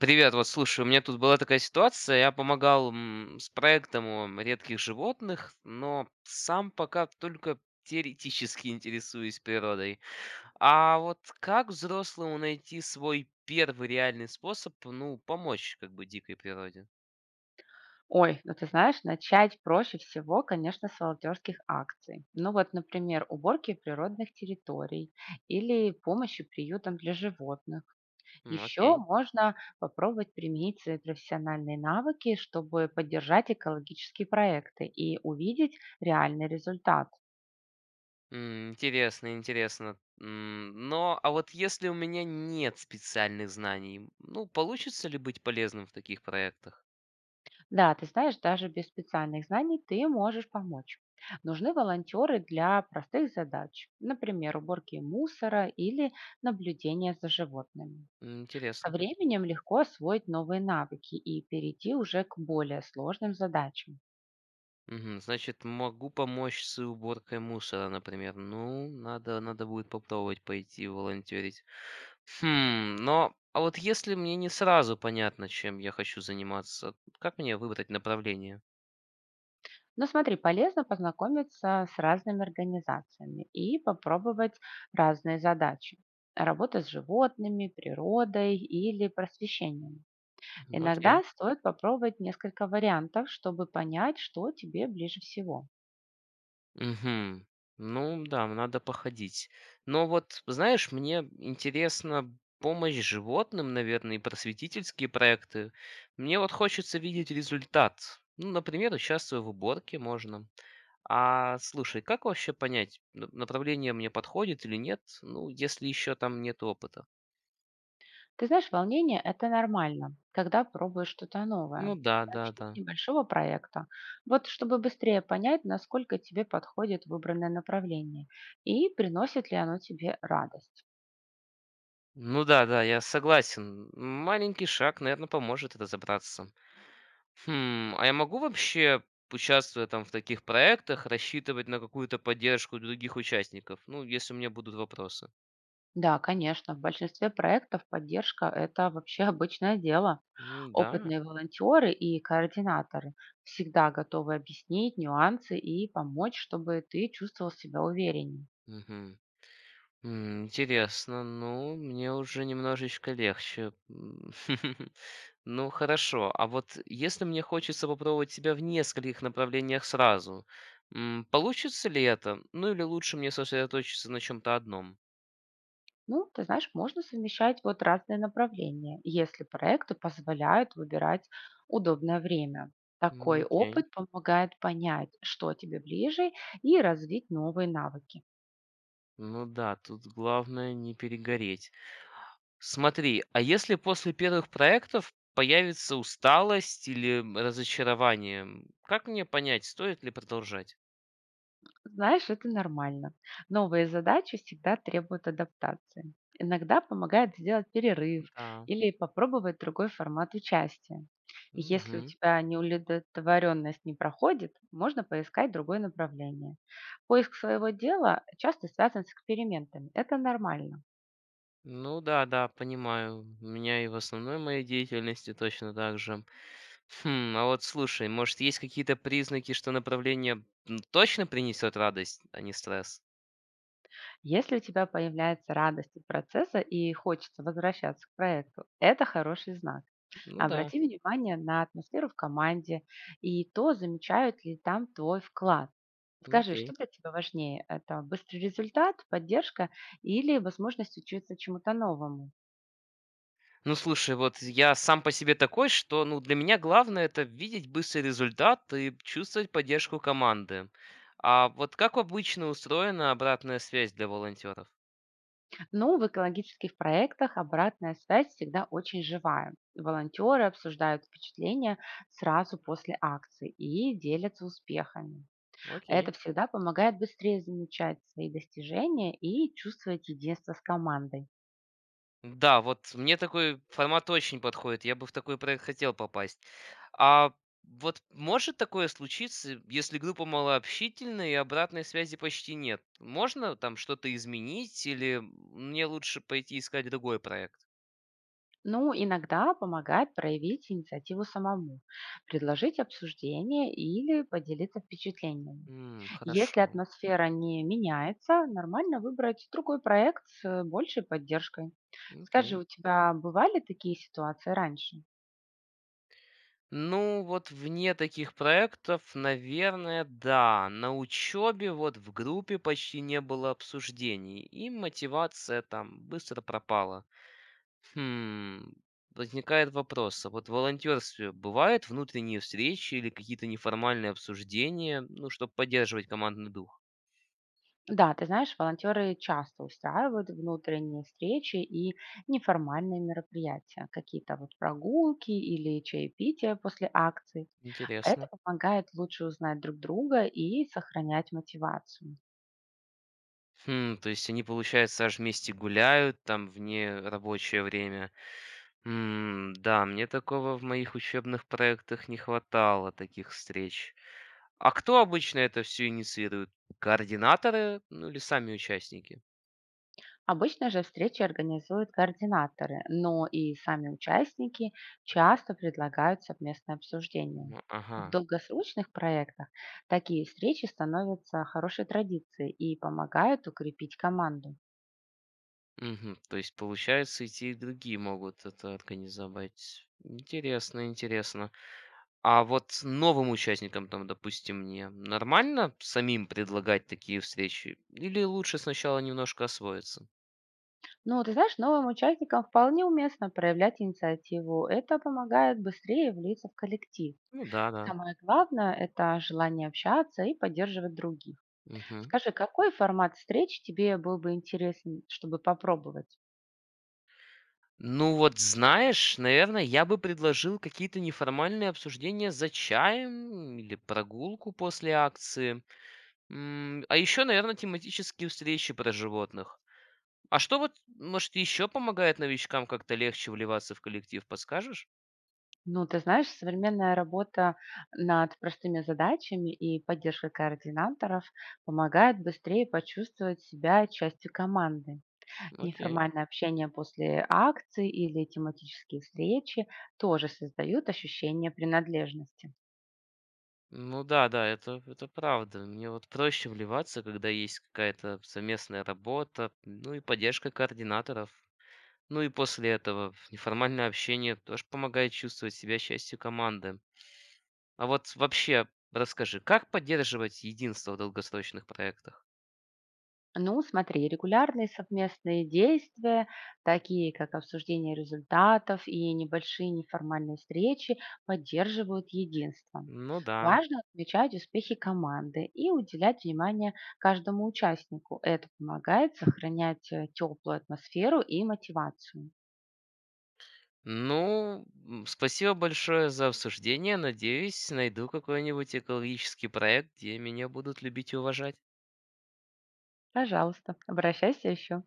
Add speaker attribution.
Speaker 1: Привет, вот слушай, у меня тут была такая ситуация, я помогал с проектом о редких животных, но сам пока только теоретически интересуюсь природой. А вот как взрослому найти свой первый реальный способ, ну, помочь как бы дикой природе?
Speaker 2: Ой, ну ты знаешь, начать проще всего, конечно, с волонтерских акций. Ну вот, например, уборки природных территорий или помощи приютам для животных. Еще
Speaker 1: Окей.
Speaker 2: можно попробовать применить свои профессиональные навыки, чтобы поддержать экологические проекты и увидеть реальный результат.
Speaker 1: Интересно, интересно. Но, а вот если у меня нет специальных знаний, ну, получится ли быть полезным в таких проектах?
Speaker 2: Да, ты знаешь, даже без специальных знаний ты можешь помочь. Нужны волонтеры для простых задач, например, уборки мусора или наблюдения за животными. Со
Speaker 1: Интересно.
Speaker 2: временем легко освоить новые навыки и перейти уже к более сложным задачам.
Speaker 1: Мгм. Значит, могу помочь с уборкой мусора, например. Ну, надо будет попробовать пойти волонтерить. Хм, но а вот если мне не сразу понятно, чем я хочу заниматься, как мне выбрать направление?
Speaker 2: Но смотри, полезно познакомиться с разными организациями и попробовать разные задачи. Работа с животными, природой или просвещением.
Speaker 1: Окей.
Speaker 2: Иногда стоит попробовать несколько вариантов, чтобы понять, что тебе ближе всего.
Speaker 1: Угу. Ну да, надо походить. Но вот, знаешь, мне интересно помощь животным, наверное, и просветительские проекты. Мне вот хочется видеть результат. Ну, например, участвую в уборке можно. А слушай, как вообще понять, направление мне подходит или нет, ну, если еще там нет опыта?
Speaker 2: Ты знаешь, волнение– это нормально, когда пробуешь что-то новое.
Speaker 1: Ну да, да,
Speaker 2: Начни
Speaker 1: да.
Speaker 2: с небольшого проекта, вот чтобы быстрее понять, насколько тебе подходит выбранное направление и приносит ли оно тебе радость.
Speaker 1: Ну да, да, я согласен. Маленький шаг, наверное, поможет разобраться. Хм, а я могу вообще, участвуя там в таких проектах, рассчитывать на какую-то поддержку других участников? Ну, если у меня будут вопросы.
Speaker 2: Да, конечно, в большинстве проектов поддержка– это вообще обычное дело.
Speaker 1: Ну да.
Speaker 2: Опытные волонтеры и координаторы всегда готовы объяснить нюансы и помочь, чтобы ты чувствовал себя увереннее.
Speaker 1: Мгм. Интересно, ну, мне уже немножечко легче. Ну, хорошо, а вот если мне хочется попробовать себя в нескольких направлениях сразу, получится ли это? Ну, или лучше мне сосредоточиться на чем-то одном?
Speaker 2: Ну, ты знаешь, можно совмещать вот разные направления, если проекты позволяют выбирать удобное время. Такой
Speaker 1: Окей.
Speaker 2: опыт помогает понять, что тебе ближе, и развить новые навыки.
Speaker 1: Ну да, тут главное не перегореть. Смотри, а если после первых проектов появится усталость или разочарование, как мне понять, стоит ли продолжать?
Speaker 2: Знаешь, это нормально. Новые задачи всегда требуют адаптации. Иногда помогает сделать перерыв
Speaker 1: Да.
Speaker 2: или попробовать другой формат участия. И если у тебя неудовлетворенность не проходит, можно поискать другое направление. Поиск своего дела часто связан с экспериментами. Это нормально.
Speaker 1: Ну да, да, понимаю. У меня и в основной моей деятельности точно так же. Хм, а вот слушай, может, есть какие-то признаки, что направление точно принесет радость, а не стресс?
Speaker 2: Если у тебя появляется радость от процесса и хочется возвращаться к проекту, это хороший знак.
Speaker 1: Ну да,
Speaker 2: Обрати внимание на атмосферу в команде и то, замечают ли там твой вклад. Скажи, что
Speaker 1: окей.
Speaker 2: для тебя важнее? Это быстрый результат, поддержка или возможность учиться чему-то новому?
Speaker 1: Ну слушай, вот я сам по себе такой, что ну для меня главное это видеть быстрый результат и чувствовать поддержку команды. А вот как обычно устроена обратная связь для волонтеров?
Speaker 2: Ну, в экологических проектах обратная связь всегда очень живая. Волонтеры обсуждают впечатления сразу после акции и делятся успехами. Это
Speaker 1: Окей.
Speaker 2: всегда помогает быстрее замечать свои достижения и чувствовать единство с командой.
Speaker 1: Да, вот мне такой формат очень подходит. Я бы в такой проект хотел попасть. А вот может такое случиться, если группа малообщительная и обратной связи почти нет? Можно там что-то изменить или мне лучше пойти искать другой проект?
Speaker 2: Ну, иногда помогает проявить инициативу самому, предложить обсуждение или поделиться впечатлениями. Если
Speaker 1: Хорошо.
Speaker 2: атмосфера не меняется, нормально выбрать другой проект с большей поддержкой. Скажи,
Speaker 1: Окей.
Speaker 2: у тебя бывали такие ситуации раньше?
Speaker 1: Ну, вот вне таких проектов, наверное, да. На учебе вот в группе почти не было обсуждений, и мотивация там быстро пропала. Хм, возникает вопрос, а вот в волонтерстве бывают внутренние встречи или какие-то неформальные обсуждения, ну, чтобы поддерживать командный дух?
Speaker 2: Да, ты знаешь, волонтеры часто устраивают внутренние встречи и неформальные мероприятия, какие-то вот прогулки или чаепития после акций. Это
Speaker 1: Интересно.
Speaker 2: помогает лучше узнать друг друга и сохранять мотивацию.
Speaker 1: Хм, то есть они, получается, аж вместе гуляют там вне рабочее время. Да, мне такого в моих учебных проектах не хватало, таких встреч. А кто обычно это все инициирует? Координаторы, ну или сами участники?
Speaker 2: Обычно же встречи организуют координаторы, но и сами участники часто предлагают совместное обсуждение.
Speaker 1: Ну, ага.
Speaker 2: В долгосрочных проектах такие встречи становятся хорошей традицией и помогают укрепить команду.
Speaker 1: Мгм. То есть, получается, и те, и другие могут это организовать. Интересно, интересно. А вот новым участникам, там, допустим, мне нормально самим предлагать такие встречи? Или лучше сначала немножко освоиться?
Speaker 2: Ну, ты знаешь, новым участникам вполне уместно проявлять инициативу. Это помогает быстрее влиться в коллектив.
Speaker 1: Ну да, да.
Speaker 2: Самое главное– это желание общаться и поддерживать других.
Speaker 1: Мгм.
Speaker 2: Скажи, какой формат встреч тебе был бы интересен, чтобы попробовать?
Speaker 1: Ну вот знаешь, наверное, я бы предложил какие-то неформальные обсуждения за чаем или прогулку после акции. А еще, наверное, тематические встречи про животных. А что вот, может, еще помогает новичкам как-то легче вливаться в коллектив, подскажешь?
Speaker 2: Ну, ты знаешь, современная работа над простыми задачами и поддержка координаторов помогает быстрее почувствовать себя частью команды.
Speaker 1: Окей.
Speaker 2: Неформальное общение после акций или тематические встречи тоже создают ощущение принадлежности.
Speaker 1: Ну да, да, это правда. Мне вот проще вливаться, когда есть какая-то совместная работа, ну и поддержка координаторов. Ну и после этого неформальное общение тоже помогает чувствовать себя частью команды. А вот вообще, расскажи, как поддерживать единство в долгосрочных проектах?
Speaker 2: Ну, смотри, регулярные совместные действия, такие как обсуждение результатов и небольшие неформальные встречи, поддерживают единство.
Speaker 1: Ну да,
Speaker 2: Важно отмечать успехи команды и уделять внимание каждому участнику. Это помогает сохранять теплую атмосферу и мотивацию.
Speaker 1: ну, спасибо большое за обсуждение. Надеюсь, найду какой-нибудь экологический проект, где меня будут любить и уважать.
Speaker 2: Пожалуйста, обращайся еще.